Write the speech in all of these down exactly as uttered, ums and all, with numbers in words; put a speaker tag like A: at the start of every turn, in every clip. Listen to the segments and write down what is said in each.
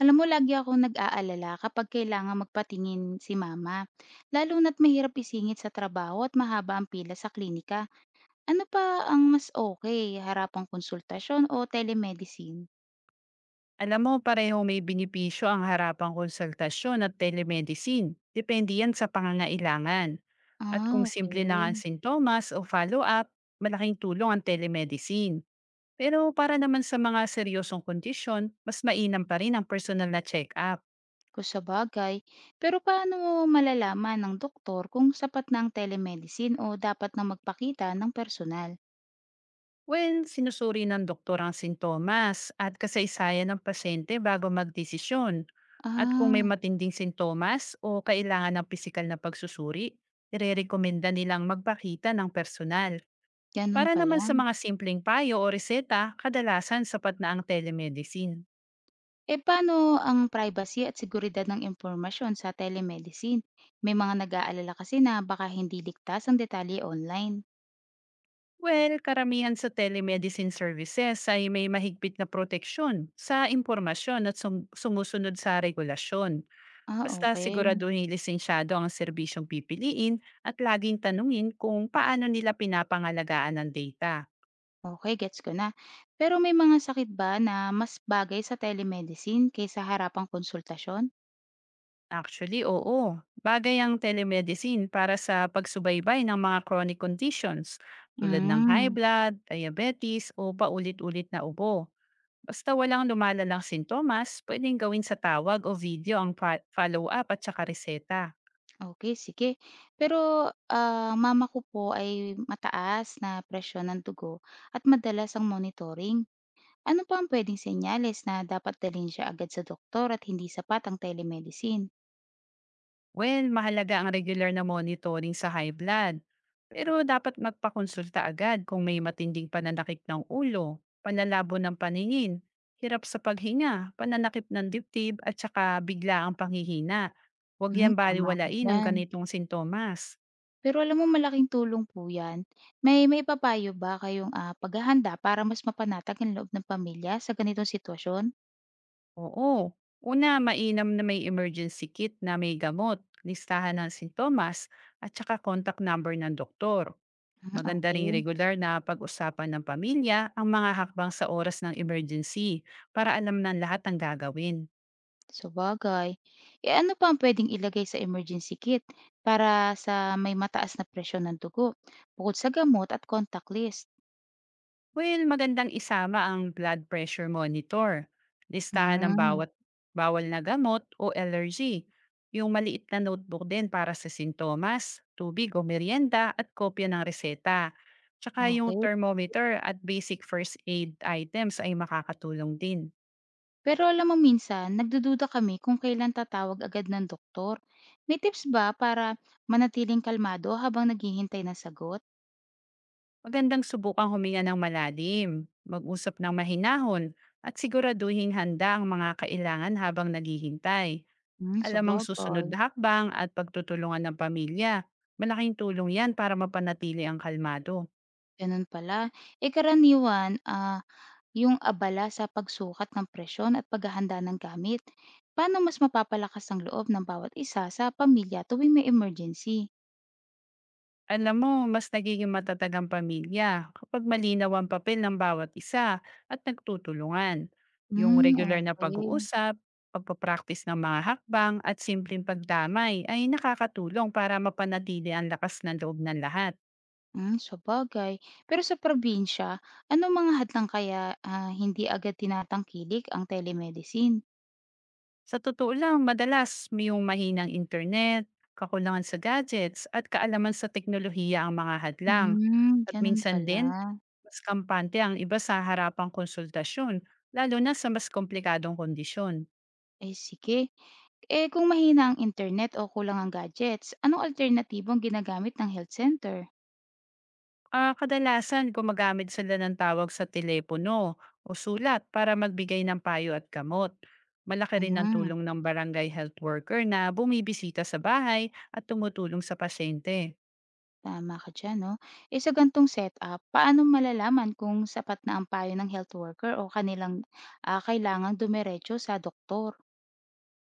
A: Alam mo, lagi akong nag-aalala kapag kailangan magpatingin si mama. Lalo na't mahirap isingit sa trabaho at mahaba ang pila sa klinika. Ano pa ang mas okay? Harapang konsultasyon o telemedicine?
B: Alam mo, pareho may benepisyo ang harapang konsultasyon at telemedicine. Depende yan sa pangangailangan. At kung
A: Ah,
B: simple lang ang
A: okay.
B: sintomas o follow-up, malaking tulong ang telemedicine. Pero para naman sa mga seryosong kondisyon, mas mainam pa rin ang personal na check-up.
A: Kung sa bagay. Pero paano mo malalaman ng doktor kung sapat na ang telemedicine o dapat na magpakita ng personal?
B: When sinusuri ng doktor ang sintomas at kasaysayan ng pasyente bago magdesisyon. At kung may
A: Ah,
B: matinding sintomas o kailangan ng pisikal na pagsusuri, irerekomenda nilang magpakita ng personal.
A: ganun
B: Para naman sa
A: pala.
B: mga simpleng payo o reseta, kadalasan sapat na ang telemedicine.
A: Eh, paano ang privacy at seguridad ng impormasyon sa telemedicine? May mga nag-aalala kasi na baka hindi ligtas ang detalye online.
B: Well, karamihan sa telemedicine services ay may mahigpit na proteksyon sa impormasyon at sum- sumusunod sa regulasyon.
A: Ah,
B: Basta
A: okay.
B: siguraduhin lisensyado ang serbisyong pipiliin at laging tanungin kung paano nila pinapangalagaan ang data.
A: Okay, gets ko na. Pero may mga sakit ba na mas bagay sa telemedicine kaysa harapang konsultasyon?
B: Actually, oo. Bagay ang telemedicine para sa pagsubaybay ng mga chronic conditions tulad ng high
A: Mm,
B: blood, diabetes o paulit-ulit na ubo. Basta walang lumalalang sintomas, pwedeng gawin sa tawag o video ang fa- follow-up at saka reseta.
A: okay, sige. Pero ah, mama ko po ay mataas na presyon ng dugo at madalas ang monitoring. Ano pa ang pwedeng senyales na dapat dalhin siya agad sa doktor at hindi sapat ang telemedicine?
B: Well, mahalaga ang regular na monitoring sa high blood. Pero dapat magpakonsulta agad kung may matinding pananakit ng ulo, panlalabo ng paningin, hirap sa paghinga, pananakip ng dibdib at saka bigla ang panghihina. Huwag
A: Hmm,
B: yan
A: tama ka
B: baliwalain ang
A: diyan.
B: ganitong sintomas.
A: Pero alam mo malaking tulong po 'yan. May may papayo ba kayong, ah, paghahanda para mas mapanatag ang loob ng pamilya sa ganitong sitwasyon?
B: Oo. Una, mainam na may emergency kit na may gamot, listahan ng sintomas at saka contact number ng doktor.
A: Hmm,
B: Maganda
A: okey.
B: ring regular na pag-usapan ng pamilya ang mga hakbang sa oras ng emergency para alam ng lahat ang gagawin.
A: Sabagay. Eh, ano pa ang puwedeng ilagay sa emergency kit para sa may mataas na presyon ng dugo, bukod sa gamot at contact list?
B: Well, magandang isama ang blood pressure monitor, listahan ng
A: Hmm,
B: bawat bawal na gamot o allergy, yung maliit na notebook din para sa sintomas, tubig o merienda at kopya ng reseta. Tsaka yung
A: okay.
B: thermometer at basic first aid items ay makakatulong din.
A: Pero alam mo minsan nagdududa kami kung kailan tatawag agad ng doktor. May tips ba para manatiling kalmado habang naghihintay ng sagot?
B: Magandang subukang huminga ng malalim, mag-usap ng mahinahon, at siguraduhin handa ang mga kailangan habang naghihintay.
A: Hmm,
B: Alam ang susunod na
A: sabagay,
B: hakbang at pagtutulungan ng pamilya. Malaking tulong yan para mapanatili ang kalmado.
A: gano'n pala. Eh, karaniwan, ah, yung abala sa pagsukat ng presyon at paghahanda ng gamit, paano mas mapapalakas ang loob ng bawat isa sa pamilya tuwing may emergency?
B: Alam mo, mas nagiging matatag ang pamilya kapag malinaw ang papel ng bawat isa at nagtutulungan. Yung
A: Hmm,
B: regular na
A: okay.
B: pag-uusap, pagpapractice ng mga hakbang at simpleng pagdamay ay nakakatulong para mapanatili ang lakas ng loob ng lahat.
A: Hmm, sabagay. Pero sa probinsya, ano mga hadlang kaya, ah, hindi agad tinatangkilik ang telemedicine?
B: Sa totoo lang, madalas may yung mahinang internet, kakulangan sa gadgets at kaalaman sa teknolohiya ang mga hadlang.
A: Hmm,
B: At
A: gano'n
B: minsan
A: pala.
B: din, mas kampante ang iba sa harapang konsultasyon, lalo na sa mas komplikadong kondisyon.
A: Eh, sige. Eh kung mahina ang internet o kulang ang gadgets, anong alternatibong ginagamit ng health center?
B: Ah, kadalasan gumagamit sila ng tawag sa telepono o sulat para magbigay ng payo at gamot. Malaki rin ang
A: Hmm,
B: tulong ng barangay health worker na bumibisita sa bahay at tumutulong sa pasyente.
A: tama ka diyan 'no. Eh sa gantong setup, paano malalaman kung sapat na ang payo ng health worker o kanilang, ah, kailangang dumiretso sa doktor?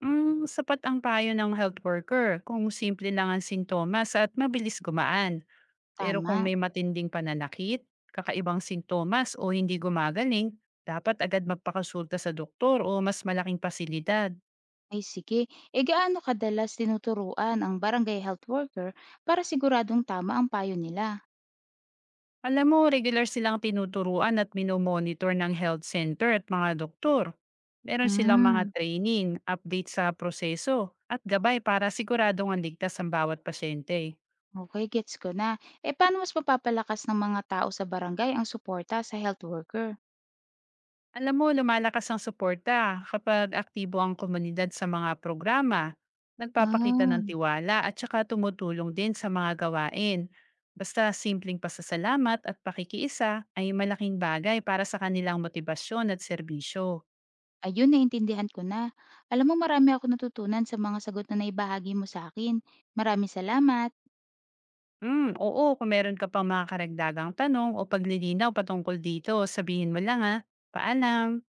B: Mm, sapat ang payo ng health worker kung simple lang ang sintomas at mabilis gumaan. Pero kung
A: Tama.
B: may matinding pananakit, kakaibang sintomas o hindi gumagaling, dapat agad magpakasulta sa doktor o mas malaking pasilidad.
A: Ay sige. Eh gaano kadalas tinuturuan ang barangay health worker para siguradong tama ang payo nila?
B: Alam mo, regular silang tinuturuan at minomonitor ng health center at mga doktor. Meron silang mga
A: Hmm,
B: training, update sa proseso, at gabay para siguradong ang ligtas ang bawat pasyente.
A: okay, gets ko na. Eh paano mas mapapalakas ng mga tao sa barangay ang suporta sa health worker?
B: Alam mo, lumalakas ang suporta kapag aktibo ang komunidad sa mga programa, nagpapakita
A: Ah.
B: ng tiwala at saka tumutulong din sa mga gawain. Basta simpleng pasasalamat at pakikiisa ay malaking bagay para sa kanilang motibasyon at serbisyo.
A: Ayun, naintindihan ko na. Alam mo marami akong natutunan sa mga sagot na naibahagi mo sa akin. Maraming salamat.
B: Hmm, oo, kung meron ka pang mga karagdagang tanong o paglilinaw patungkol dito, sabihin mo lang ha. Paalam.